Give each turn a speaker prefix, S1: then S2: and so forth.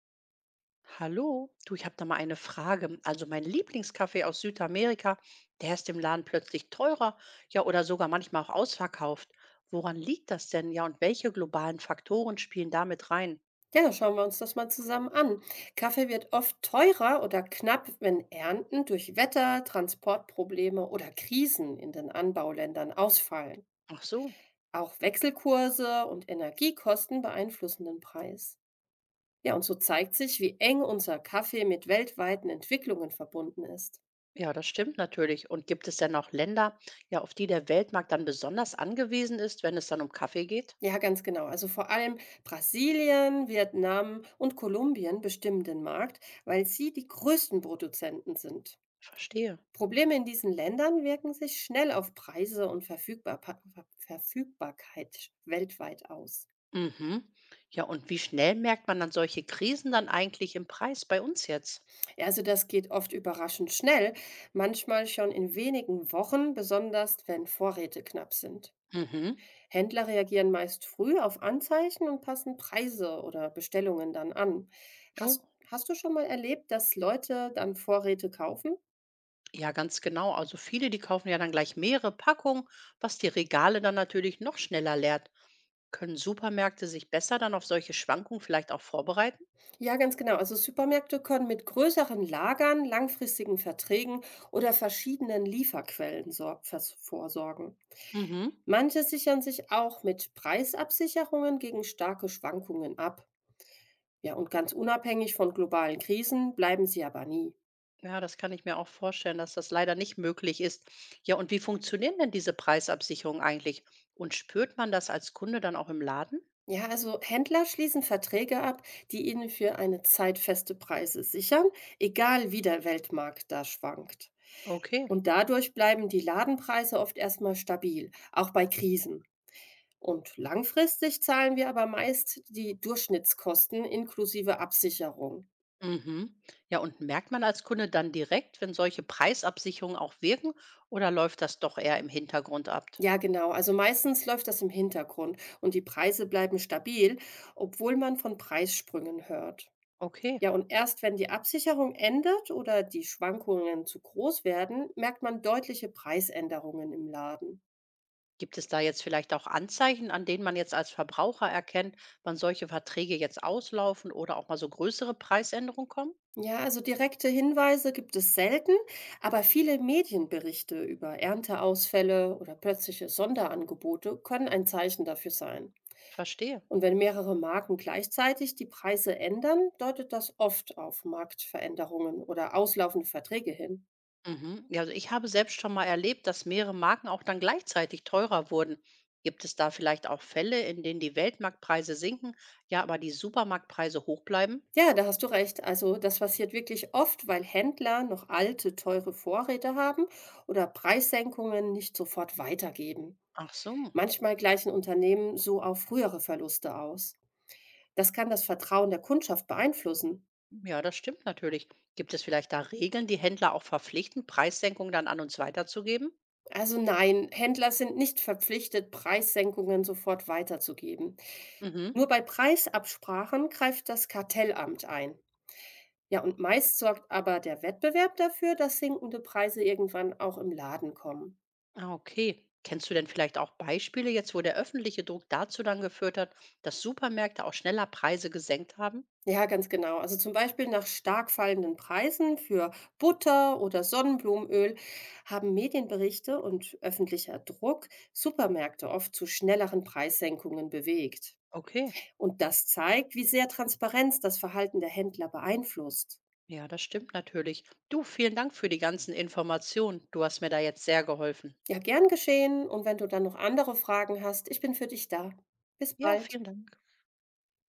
S1: Hallo, du, ich habe da mal eine Frage. Also mein Lieblingskaffee aus Südamerika, der ist im Laden plötzlich teurer, ja, oder sogar manchmal auch ausverkauft. Woran liegt das denn? Ja, und welche globalen Faktoren spielen damit rein?
S2: Ja, dann schauen wir uns das mal zusammen an. Kaffee wird oft teurer oder knapp, wenn Ernten durch Wetter, Transportprobleme oder Krisen in den Anbauländern ausfallen.
S1: Ach so,
S2: Auch Wechselkurse und Energiekosten beeinflussen den Preis. Ja, und so zeigt sich, wie eng unser Kaffee mit weltweiten Entwicklungen verbunden ist.
S1: ja, das stimmt natürlich. Und gibt es denn auch Länder, ja, auf die der Weltmarkt dann besonders angewiesen ist, wenn es dann um Kaffee geht?
S2: Ja, ganz genau. Also vor allem Brasilien, Vietnam und Kolumbien bestimmen den Markt, weil sie die größten Produzenten sind.
S1: Verstehe.
S2: Probleme in diesen Ländern wirken sich schnell auf Preise und Verfügbarkeit weltweit aus.
S1: Mhm. Ja, und wie schnell merkt man dann solche Krisen dann eigentlich im Preis bei uns jetzt?
S2: Ja, also das geht oft überraschend schnell, manchmal schon in wenigen Wochen, besonders wenn Vorräte knapp sind.
S1: Mhm.
S2: Händler reagieren meist früh auf Anzeichen und passen Preise oder Bestellungen dann an.
S1: Oh,
S2: Hast du schon mal erlebt, dass Leute dann Vorräte kaufen?
S1: ja, ganz genau. Also viele, die kaufen ja dann gleich mehrere Packungen, was die Regale dann natürlich noch schneller leert. Können Supermärkte sich besser dann auf solche Schwankungen vielleicht auch vorbereiten?
S2: Ja, ganz genau. Also Supermärkte können mit größeren Lagern, langfristigen Verträgen oder verschiedenen Lieferquellen vorsorgen.
S1: Mhm.
S2: Manche sichern sich auch mit Preisabsicherungen gegen starke Schwankungen ab. Ja, und ganz unabhängig von globalen Krisen bleiben sie aber nie.
S1: Ja, das kann ich mir auch vorstellen, dass das leider nicht möglich ist. Ja, und wie funktionieren denn diese Preisabsicherungen eigentlich? Und spürt man das als Kunde dann auch im Laden?
S2: Ja, also Händler schließen Verträge ab, die ihnen für eine Zeit feste Preise sichern, egal wie der Weltmarkt da schwankt.
S1: Okay.
S2: Und dadurch bleiben die Ladenpreise oft erstmal stabil, auch bei Krisen. Und langfristig zahlen wir aber meist die Durchschnittskosten inklusive Absicherung.
S1: Mhm. Ja, und merkt man als Kunde dann direkt, wenn solche Preisabsicherungen auch wirken oder läuft das doch eher im Hintergrund ab?
S2: Ja, genau. Also meistens läuft das im Hintergrund und die Preise bleiben stabil, obwohl man von Preissprüngen hört.
S1: Okay.
S2: Ja, und erst wenn die Absicherung endet oder die Schwankungen zu groß werden, merkt man deutliche Preisänderungen im Laden.
S1: Gibt es da jetzt vielleicht auch Anzeichen, an denen man jetzt als Verbraucher erkennt, wann solche Verträge jetzt auslaufen oder auch mal so größere Preisänderungen kommen?
S2: Ja, also direkte Hinweise gibt es selten, aber viele Medienberichte über Ernteausfälle oder plötzliche Sonderangebote können ein Zeichen dafür sein.
S1: Verstehe.
S2: Und wenn mehrere Marken gleichzeitig die Preise ändern, deutet das oft auf Marktveränderungen oder auslaufende Verträge hin.
S1: Mhm. Ja, also ich habe selbst schon mal erlebt, dass mehrere Marken auch dann gleichzeitig teurer wurden. Gibt es da vielleicht auch Fälle, in denen die Weltmarktpreise sinken, ja, aber die Supermarktpreise hoch bleiben?
S2: Ja, da hast du recht. Also das passiert wirklich oft, weil Händler noch alte, teure Vorräte haben oder Preissenkungen nicht sofort weitergeben.
S1: Ach so.
S2: Manchmal gleichen Unternehmen so auch frühere Verluste aus. Das kann das Vertrauen der Kundschaft beeinflussen.
S1: Ja, das stimmt natürlich. Gibt es vielleicht da Regeln, die Händler auch verpflichten, Preissenkungen dann an uns weiterzugeben?
S2: Also nein, Händler sind nicht verpflichtet, Preissenkungen sofort weiterzugeben.
S1: Mhm.
S2: Nur bei Preisabsprachen greift das Kartellamt ein. Ja, und meist sorgt aber der Wettbewerb dafür, dass sinkende Preise irgendwann auch im Laden kommen.
S1: Ah, okay. Kennst du denn vielleicht auch Beispiele jetzt, wo der öffentliche Druck dazu dann geführt hat, dass Supermärkte auch schneller Preise gesenkt haben?
S2: Ja, ganz genau. Also zum Beispiel nach stark fallenden Preisen für Butter oder Sonnenblumenöl haben Medienberichte und öffentlicher Druck Supermärkte oft zu schnelleren Preissenkungen bewegt.
S1: Okay,
S2: Und das zeigt, wie sehr Transparenz das Verhalten der Händler beeinflusst.
S1: ja, das stimmt natürlich. Du, vielen Dank für die ganzen Informationen. Du hast mir da jetzt sehr geholfen.
S2: Ja, gern geschehen, und wenn du dann noch andere Fragen hast, ich bin für dich da. Bis
S1: Ja,
S2: bald.
S1: vielen Dank.